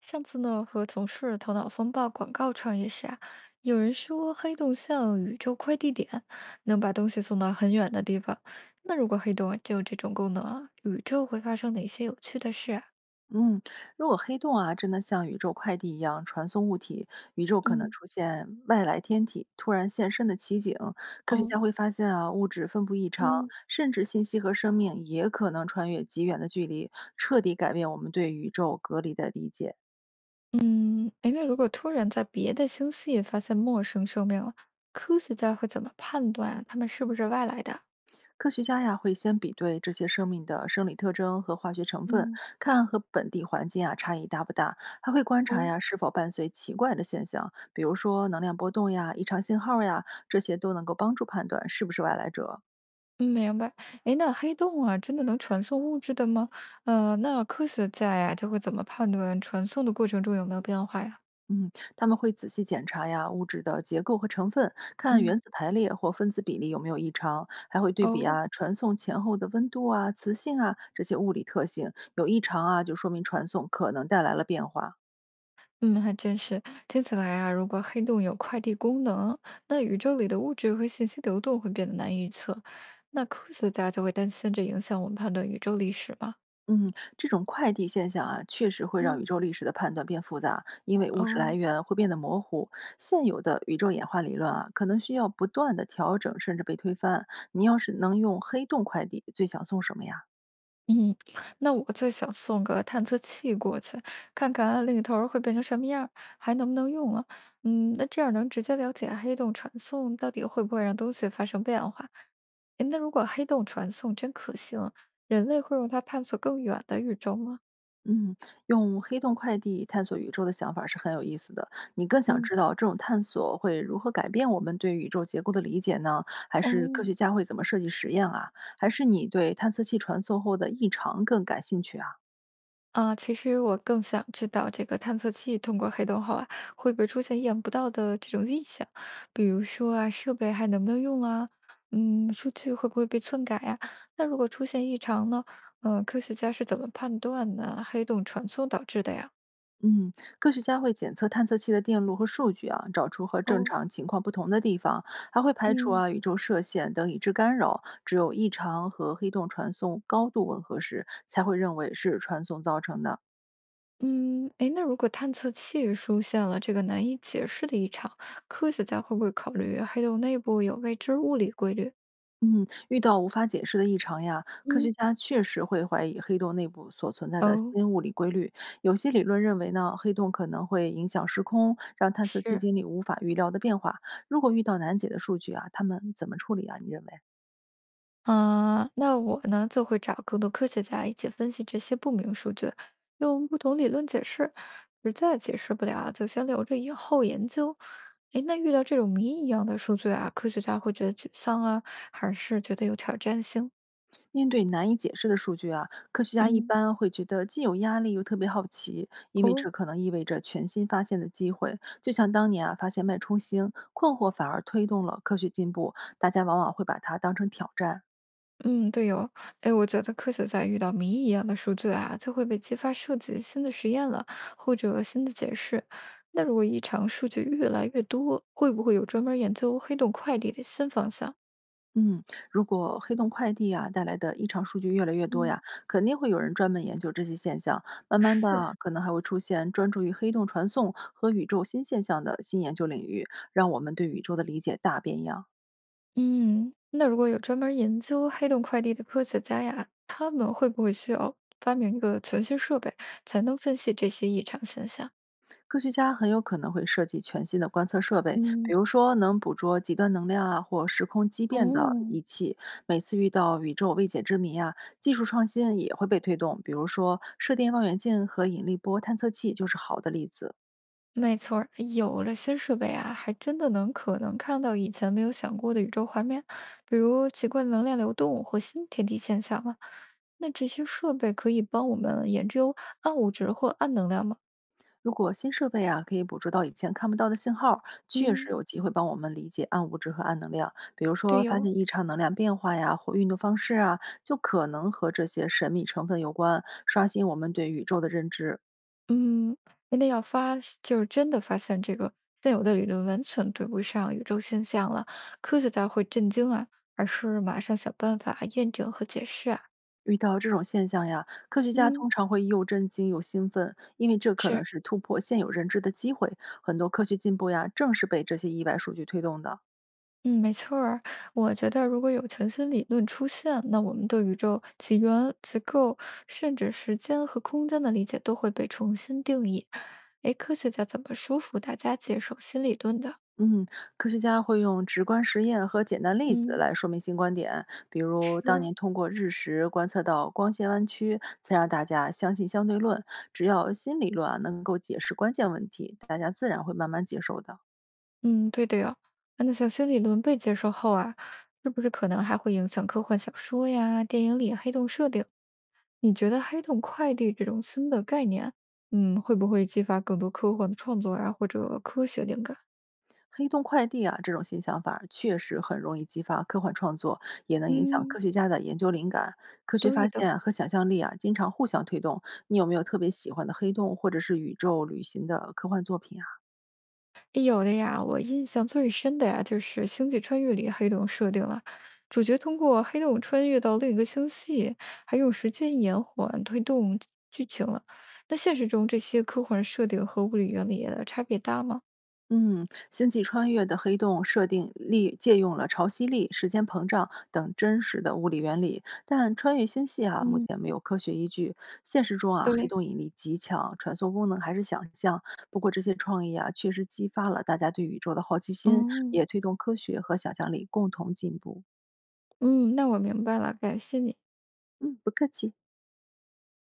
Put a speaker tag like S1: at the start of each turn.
S1: 上次呢，和同事头脑风暴广告创业时啊，有人说黑洞像宇宙快递点，能把东西送到很远的地方。那如果黑洞啊，只有这种功能啊，宇宙会发生哪些有趣的事啊？
S2: 嗯，如果黑洞啊真的像宇宙快递一样传送物体，宇宙可能
S1: 嗯，
S2: 出现外来天体突然现身的奇景。科学
S1: 哦，
S2: 家会发现啊，物质分布异常，
S1: 嗯
S2: 甚至信息和生命也可能穿越极远的距离，彻底改变我们对宇宙隔离的理解。
S1: 嗯，哎，那如果突然在别的星系发现陌生生命了，科学家会怎么判断啊他们是不是外来的啊？
S2: 科学家呀会先比对这些生命的生理特征和化学成分，
S1: 嗯，
S2: 看和本地环境啊差异大不大，还会观察
S1: 哦。
S2: 呀是否伴随奇怪的现象，比如说能量波动呀、异常信号呀，这些都能够帮助判断是不是外来者。
S1: 嗯，明白。诶，那黑洞啊，真的能传送物质的吗？那科学家呀，就会怎么判断传送的过程中有没有变化呀？
S2: 嗯，他们会仔细检查呀物质的结构和成分，看
S1: 嗯，
S2: 原子排列或分子比例有没有异常，还会对比
S1: 哦，
S2: 啊传送前后的温度啊、磁性啊这些物理特性，有异常啊就说明传送可能带来了变化。
S1: 嗯，还真是。听起来啊，如果黑洞有快递功能，那宇宙里的物质和信息流动会变得难预测。那科学家就会担心这影响我们判断宇宙历史吗？
S2: 嗯，这种快递现象啊，确实会让
S1: 嗯，
S2: 宇宙历史的判断变复杂，因为物质来
S1: 哦。
S2: 源会变得模糊。现有的宇宙演化理论啊，可能需要不断的调整，甚至被推翻。你要是能用黑洞快递，最想送什么呀？
S1: 嗯，那我最想送个探测器过去，看看另一头儿会变成什么样儿还能不能用啊？嗯，那这样能直接了解黑洞传送到底会不会让东西发生变化。诶那如果黑洞传送真可行，人类会用它探索更远的宇宙吗？
S2: 嗯，用黑洞快递探索宇宙的想法是很有意思的。你更想
S1: 嗯，
S2: 知道这种探索会如何改变我们对宇宙结构的理解呢？还是科
S1: 哦，
S2: 学家会怎么设计实验啊？还是你对探测器传送后的异常更感兴趣啊？
S1: 啊，其实我更想知道这个探测器通过黑洞后啊，会不会出现意想不到的这种异响？比如说啊，设备还能不能用啊？嗯，数据会不会被篡改呀、那如果出现异常呢？科学家是怎么判断呢？黑洞传送导致的呀？
S2: 嗯，科学家会检测探测器的电路和数据啊，找出和正
S1: 哦，
S2: 常情况不同的地方，还会排除
S1: 嗯
S2: 啊宇宙射线等已知干扰。只有异常和黑洞传送高度吻合时，才会认为是传送造成的。
S1: 嗯，哎，那如果探测器出现了这个难以解释的异常，科学家会不会考虑黑洞内部有未知物理规律？
S2: 嗯，遇到无法解释的异常呀，科学
S1: 嗯，
S2: 家确实会怀疑黑洞内部所存在的
S1: 哦，
S2: 新物理规律。有些理论认为呢，黑洞可能会影响时空，让探测器
S1: 是。
S2: 经历无法预料的变化。如果遇到难解的数据啊，他们怎么处理啊？你认为啊？
S1: 啊，那我呢就会找更多科学家一起分析这些不明数据，用不同理论解释，实在解释不了啊就先留着以后研究。诶，那遇到这种谜一样的数据啊，科学家会觉得沮丧啊，还是觉得有挑战性？
S2: 面对难以解释的数据啊，科学家一
S1: 嗯，
S2: 般会觉得既有压力又特别好奇，因为
S1: 哦，
S2: 这可能意味着全新发现的机会。就像当年啊发现脉冲星，困惑反而推动了科学进步，大家往往会把它当成挑战。
S1: 嗯，对哦，哎，我觉得科学家遇到谜一样的数据啊，就会被激发设计新的实验了，或者新的解释。那如果异常数据越来越多，会不会有专门研究黑洞快递的新方向？
S2: 嗯，如果黑洞快递啊带来的异常数据越来越多呀，
S1: 嗯，
S2: 肯定会有人专门研究这些现象。慢慢
S1: 是，
S2: 的，可能还会出现专注于黑洞传送和宇宙新现象的新研究领域，让我们对宇宙的理解大变样。
S1: 嗯，那如果有专门研究黑洞快递的科学家呀，他们会不会需要发明一个全新设备，才能分析这些异常现象？
S2: 科学家很有可能会设计全新的观测设备，比
S1: 嗯，
S2: 如说能捕捉极端能量啊或时空畸变的
S1: 哦，
S2: 仪器。每次遇到宇宙未解之谜啊，技术创新也会被推动，比如说射电望远镜和引力波探测器就是好的例子。
S1: 没错儿，有了新设备啊，还真的能可能看到以前没有想过的宇宙画面，比如奇怪能量流动或新天体现象了。那这些设备可以帮我们研究暗物质或暗能量吗？
S2: 如果新设备啊可以捕捉到以前看不到的信号，确实
S1: 嗯，
S2: 有机会帮我们理解暗物质和暗能量，比如
S1: 对
S2: 说发
S1: 哟、
S2: 现异常能量变化呀或运动方式啊，就可能和这些神秘成分有关，刷新我们对宇宙的认知。
S1: 嗯，真那要发，就是真的发现这个现有的理论完全对不上宇宙现象了，科学家会震惊啊，而是马上想办法验证和解释啊。
S2: 遇到这种现象呀，科学家
S1: 嗯，
S2: 通常会又震惊又兴奋，因为这可能
S1: 是，
S2: 是突破现有认知的机会。很多科学进步呀，正是被这些意外数据推动的。
S1: 嗯，没错儿。我觉得如果有全新理论出现，那我们对宇宙起源、结构，甚至时间和空间的理解都会被重新定义。哎，科学家怎么说服大家接受新理论的？
S2: 嗯，科学家会用直观实验和简单例子
S1: 嗯，
S2: 来说明新观点，比如当
S1: 是。
S2: 年通过日食观测到光线弯曲，才让大家相信相对论。只要新理论啊能够解释关键问题，大家自然会慢慢接受的。
S1: 嗯，对的哟。啊那像新理论被接受后啊，是不是可能还会影响科幻小说呀、电影里黑洞设定？你觉得黑洞快递这种新的概念，嗯，会不会激发更多科幻的创作啊，或者科学灵感？
S2: 黑洞快递啊，这种新想法确实很容易激发科幻创作，也能影响科
S1: 嗯，
S2: 学家的研究灵感。科学发
S1: 对
S2: 现
S1: 的，
S2: 啊和想象力啊，经常互相推动。你有没有特别喜欢的黑洞或者是宇宙旅行的科幻作品啊？
S1: 有的呀，我印象最深的呀，就是《星际穿越》里黑洞设定了，主角通过黑洞穿越到另一个星系，还用时间延缓推动剧情了。那现实中这些科幻设定和物理原理的差别大吗？
S2: 嗯，《星际穿越》的黑洞设定力借用了潮汐力、时间膨胀等真实的物理原理，但穿越星系啊，目
S1: 嗯，
S2: 前没有科学依据。现实中啊，黑
S1: 对，
S2: 洞引力极强，传送功能还是想象。不过这些创意啊，确实激发了大家对宇宙的好奇心，
S1: 嗯
S2: 也推动科学和想象力共同进步。
S1: 嗯，那我明白了，感谢你。
S2: 嗯，不客气。